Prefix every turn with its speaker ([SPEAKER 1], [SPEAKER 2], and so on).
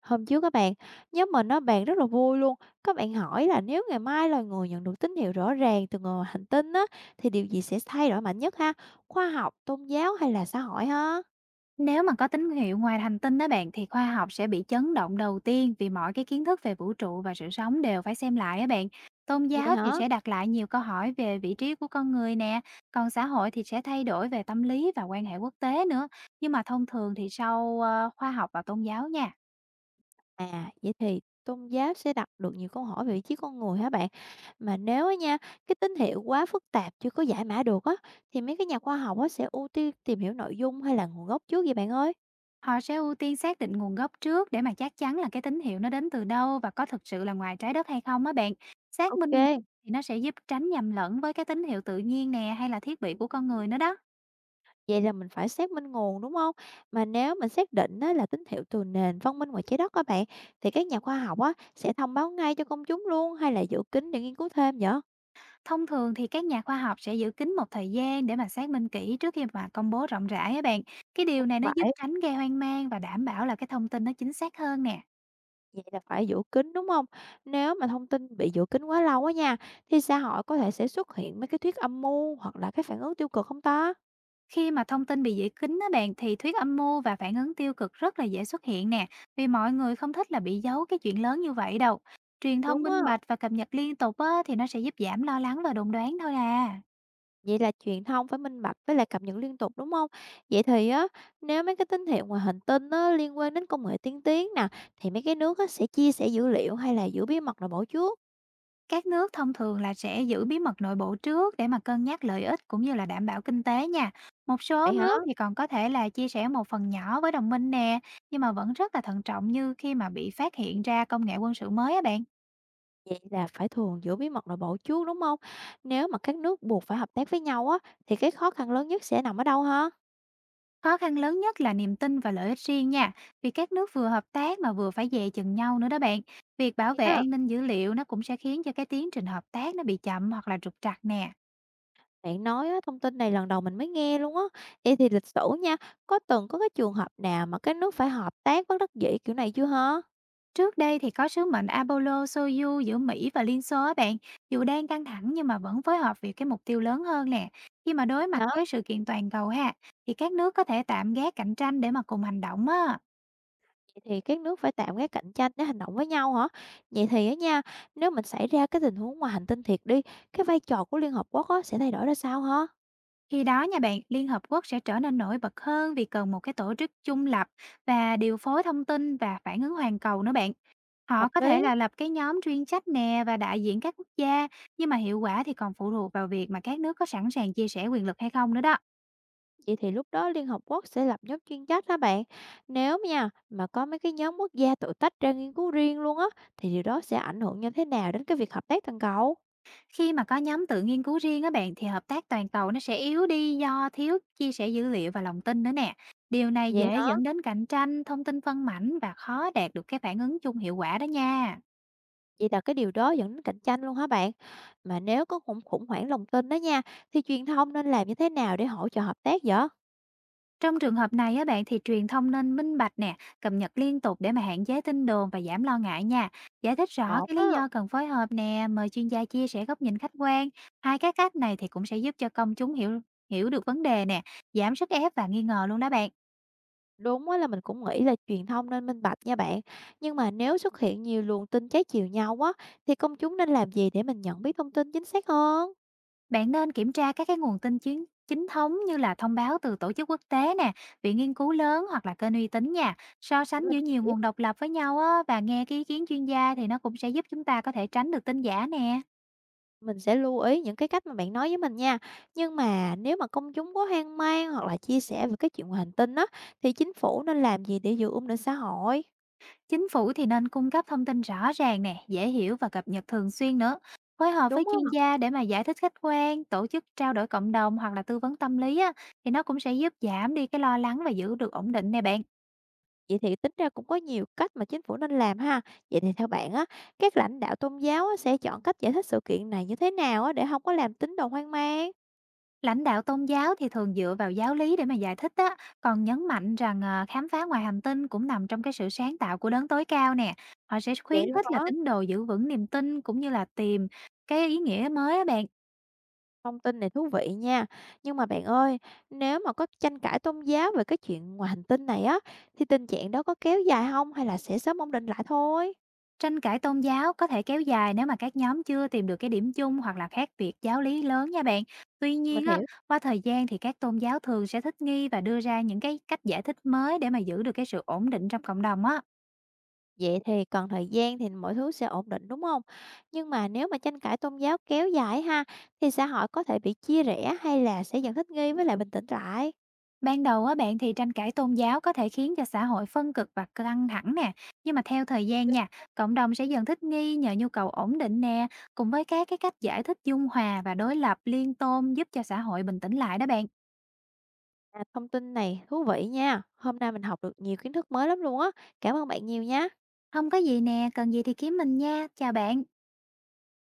[SPEAKER 1] Hôm trước các bạn, nhóm mình nó bàn rất là vui luôn. Các bạn hỏi là nếu ngày mai loài người nhận được tín hiệu rõ ràng từ ngoài hành tinh á, thì điều gì sẽ thay đổi mạnh nhất ha? Khoa học, tôn giáo hay là xã hội ha?
[SPEAKER 2] Nếu mà có tín hiệu ngoài hành tinh đó bạn, thì khoa học sẽ bị chấn động đầu tiên, vì mọi cái kiến thức về vũ trụ và sự sống đều phải xem lại á bạn. Tôn
[SPEAKER 1] Vậy
[SPEAKER 2] giáo thì
[SPEAKER 1] hả?
[SPEAKER 2] sẽ đặt lại nhiều câu hỏi về vị trí của con người nè, còn xã hội thì sẽ thay đổi về tâm lý và quan hệ quốc tế nữa. Nhưng mà thông thường thì sau khoa học và tôn giáo nha,
[SPEAKER 1] À, vậy thì tôn giáo sẽ đặt được nhiều câu hỏi về vị trí con người hả bạn? Mà nếu á nha, cái tín hiệu quá phức tạp chưa có giải mã được á, thì mấy cái nhà khoa học á sẽ ưu tiên tìm hiểu nội dung hay là nguồn gốc trước vậy bạn ơi?
[SPEAKER 2] họ sẽ ưu tiên xác định nguồn gốc trước để mà chắc chắn là cái tín hiệu nó đến từ đâu và có thực sự là ngoài trái đất hay không á bạn. Xác minh nguồn
[SPEAKER 1] Ok.
[SPEAKER 2] thì nó sẽ giúp tránh nhầm lẫn với cái tín hiệu tự nhiên nè, hay là thiết bị của con người nữa đó.
[SPEAKER 1] Vậy là mình phải xác minh nguồn, đúng không? Mà nếu mình xác định á là tín hiệu từ nền văn minh ngoài Trái Đất các bạn, thì các nhà khoa học á sẽ thông báo ngay cho công chúng luôn hay là giữ kín để nghiên cứu thêm vậy?
[SPEAKER 2] Thông thường thì các nhà khoa học sẽ giữ kín một thời gian để mà xác minh kỹ trước khi mà công bố rộng rãi á bạn. Cái điều
[SPEAKER 1] Không
[SPEAKER 2] này nó giúp
[SPEAKER 1] phải,
[SPEAKER 2] tránh gây hoang mang và đảm bảo là cái thông tin nó chính xác hơn nè.
[SPEAKER 1] vậy là phải giữ kín, đúng không? Nếu mà thông tin bị giữ kín quá lâu á nha, thì xã hội có thể sẽ xuất hiện mấy cái thuyết âm mưu hoặc là cái phản ứng tiêu cực không ta?
[SPEAKER 2] Khi mà thông tin bị giữ kín á bạn, thì thuyết âm mưu và phản ứng tiêu cực rất là dễ xuất hiện nè. Vì mọi người không thích là bị giấu cái chuyện lớn như vậy đâu. Truyền thông
[SPEAKER 1] Đúng á.
[SPEAKER 2] minh bạch và cập nhật liên tục á, thì nó sẽ giúp giảm lo lắng và đồn đoán thôi à.
[SPEAKER 1] Vậy là truyền thông phải minh bạch với lại cập nhật liên tục, đúng không? Vậy thì á, nếu mấy cái tín hiệu ngoài hành tinh á, liên quan đến công nghệ tiên tiến nè, thì mấy cái nước á, sẽ chia sẻ dữ liệu hay là giữ bí mật nội bộ trước?
[SPEAKER 2] Các nước thông thường là sẽ giữ bí mật nội bộ trước để mà cân nhắc lợi ích, cũng như là đảm bảo kinh tế nha. Một số
[SPEAKER 1] Vậy hả?
[SPEAKER 2] nước thì còn có thể là chia sẻ một phần nhỏ với đồng minh nè, nhưng mà vẫn rất là thận trọng, như khi mà bị phát hiện ra công nghệ quân sự mới á bạn.
[SPEAKER 1] Vậy là phải thường giữ bí mật nội bộ trước, đúng không? Nếu mà các nước buộc phải hợp tác với nhau á, thì cái khó khăn lớn nhất sẽ nằm ở đâu hả?
[SPEAKER 2] Khó khăn lớn nhất là niềm tin và lợi ích riêng nha, vì các nước vừa hợp tác mà vừa phải dè chừng nhau nữa đó bạn. Việc bảo
[SPEAKER 1] Hay
[SPEAKER 2] vệ
[SPEAKER 1] á,
[SPEAKER 2] an ninh dữ liệu nó cũng sẽ khiến cho cái tiến trình hợp tác nó bị chậm hoặc là trục trặc nè.
[SPEAKER 1] bạn nói á, thông tin này lần đầu mình mới nghe luôn á. Vậy thì lịch sử nha, có từng có cái trường hợp nào mà các nước phải hợp tác bất đắc dĩ kiểu này chưa ha?
[SPEAKER 2] Trước đây thì có sứ mệnh Apollo-Soyuz giữa Mỹ và Liên Xô á bạn, dù đang căng thẳng nhưng mà vẫn phối hợp vì cái mục tiêu lớn hơn nè. Khi mà đối
[SPEAKER 1] Vậy
[SPEAKER 2] mặt
[SPEAKER 1] hả?
[SPEAKER 2] với sự kiện toàn cầu ha, thì các nước có thể tạm gác cạnh tranh để mà cùng hành động á.
[SPEAKER 1] Vậy thì các nước phải tạo cái cạnh tranh để hành động với nhau hả? Vậy thì á nha, nếu mình xảy ra cái tình huống ngoài hành tinh thiệt đi, cái vai trò của Liên Hợp Quốc á, sẽ thay đổi ra sao hả?
[SPEAKER 2] Khi đó nha bạn, Liên Hợp Quốc sẽ trở nên nổi bật hơn, vì cần một cái tổ chức trung lập và điều phối thông tin và phản ứng hoàn cầu nữa bạn. Họ
[SPEAKER 1] Hợp
[SPEAKER 2] có thể
[SPEAKER 1] lý,
[SPEAKER 2] là lập cái nhóm chuyên trách nè và đại diện các quốc gia, nhưng mà hiệu quả thì còn phụ thuộc vào việc mà các nước có sẵn sàng chia sẻ quyền lực hay không nữa đó.
[SPEAKER 1] vậy thì lúc đó Liên Hợp Quốc sẽ lập nhóm chuyên trách đó bạn. Nếu nha, mà có mấy cái nhóm quốc gia tự tách ra nghiên cứu riêng luôn á, thì điều đó sẽ ảnh hưởng như thế nào đến cái việc hợp tác toàn cầu?
[SPEAKER 2] Khi mà có nhóm tự nghiên cứu riêng á bạn, thì hợp tác toàn cầu nó sẽ yếu đi do thiếu chia sẻ dữ liệu và lòng tin nữa nè. Điều này
[SPEAKER 1] Vậy
[SPEAKER 2] dễ
[SPEAKER 1] hả?
[SPEAKER 2] dẫn đến cạnh tranh, thông tin phân mảnh và khó đạt được cái phản ứng chung hiệu quả đó nha.
[SPEAKER 1] Vậy là cái điều đó dẫn đến cạnh tranh luôn hả bạn? Mà nếu có khủng khủng hoảng lòng tin đó nha, thì truyền thông nên làm như thế nào để hỗ trợ hợp tác vậy?
[SPEAKER 2] Trong trường hợp này á bạn, thì truyền thông nên minh bạch nè, cập nhật liên tục để mà hạn chế tin đồn và giảm lo ngại nha. Giải thích rõ
[SPEAKER 1] Ổn
[SPEAKER 2] cái
[SPEAKER 1] á.
[SPEAKER 2] lý do cần phối hợp nè, mời chuyên gia chia sẻ góc nhìn khách quan. Hai cái cách này thì cũng sẽ giúp cho công chúng hiểu hiểu được vấn đề nè, giảm sức ép và nghi ngờ luôn đó bạn.
[SPEAKER 1] Đúng á, là mình cũng nghĩ là truyền thông nên minh bạch nha bạn. Nhưng mà nếu xuất hiện nhiều luồng tin trái chiều nhau á, thì công chúng nên làm gì để mình nhận biết thông tin chính xác hơn?
[SPEAKER 2] Bạn nên kiểm tra các cái nguồn tin chính chính thống, như là thông báo từ tổ chức quốc tế nè, viện nghiên cứu lớn hoặc là kênh uy tín nha. So
[SPEAKER 1] Để
[SPEAKER 2] sánh
[SPEAKER 1] mình
[SPEAKER 2] giữa nhiều
[SPEAKER 1] kể,
[SPEAKER 2] nguồn độc lập với nhau á, và nghe cái ý kiến chuyên gia thì nó cũng sẽ giúp chúng ta có thể tránh được tin giả nè.
[SPEAKER 1] mình sẽ lưu ý những cái cách mà bạn nói với mình nha. Nhưng mà nếu mà công chúng có hoang mang hoặc là chia sẻ về cái chuyện ngoài hành tinh á, thì chính phủ nên làm gì để giữ ổn định xã hội?
[SPEAKER 2] Chính phủ thì nên cung cấp thông tin rõ ràng nè, dễ hiểu và cập nhật thường xuyên nữa. Phối hợp với
[SPEAKER 1] Đúng không?
[SPEAKER 2] chuyên gia để mà giải thích khách quan, tổ chức trao đổi cộng đồng hoặc là tư vấn tâm lý á, thì nó cũng sẽ giúp giảm đi cái lo lắng và giữ được ổn định nè bạn.
[SPEAKER 1] Vậy thì tính ra cũng có nhiều cách mà chính phủ nên làm ha. Vậy thì theo bạn á, các lãnh đạo tôn giáo á, sẽ chọn cách giải thích sự kiện này như thế nào á, để không có làm tín đồ hoang mang?
[SPEAKER 2] Lãnh đạo tôn giáo thì thường dựa vào giáo lý để mà giải thích á, còn nhấn mạnh rằng, khám phá ngoài hành tinh cũng nằm trong cái sự sáng tạo của đấng tối cao nè. Họ sẽ khuyến
[SPEAKER 1] Vậy luôn
[SPEAKER 2] khích là
[SPEAKER 1] hả?
[SPEAKER 2] tín đồ giữ vững niềm tin, cũng như là tìm cái ý nghĩa mới á bạn.
[SPEAKER 1] Thông tin này thú vị nha. Nhưng mà bạn ơi, nếu mà có tranh cãi tôn giáo về cái chuyện ngoài hành tinh này á, thì tình trạng đó có kéo dài không hay là sẽ sớm ổn định lại thôi?
[SPEAKER 2] Tranh cãi tôn giáo có thể kéo dài nếu mà các nhóm chưa tìm được cái điểm chung hoặc là khác biệt giáo lý lớn nha bạn. Tuy
[SPEAKER 1] Mình
[SPEAKER 2] nhiên á,
[SPEAKER 1] hiểu.
[SPEAKER 2] qua thời gian thì các tôn giáo thường sẽ thích nghi và đưa ra những cái cách giải thích mới để mà giữ được cái sự ổn định trong cộng đồng á.
[SPEAKER 1] Vậy thì cần thời gian thì mọi thứ sẽ ổn định đúng không? Nhưng mà nếu mà tranh cãi tôn giáo kéo dài ha, thì xã hội có thể bị chia rẽ hay là sẽ dần thích nghi với lại bình tĩnh lại?
[SPEAKER 2] Ban đầu á bạn, thì tranh cãi tôn giáo có thể khiến cho xã hội phân cực và căng thẳng nè, nhưng mà theo thời
[SPEAKER 1] Ok.
[SPEAKER 2] gian nha, cộng đồng sẽ dần thích nghi nhờ nhu cầu ổn định nè, cùng với các cái cách giải thích dung hòa và đối lập liên tôn giúp cho xã hội bình tĩnh lại đó bạn.
[SPEAKER 1] À, thông tin này thú vị nha. Hôm nay mình học được nhiều kiến thức mới lắm luôn á. Cảm ơn bạn nhiều nha.
[SPEAKER 2] Không có gì nè, cần gì thì kiếm mình nha. Chào bạn.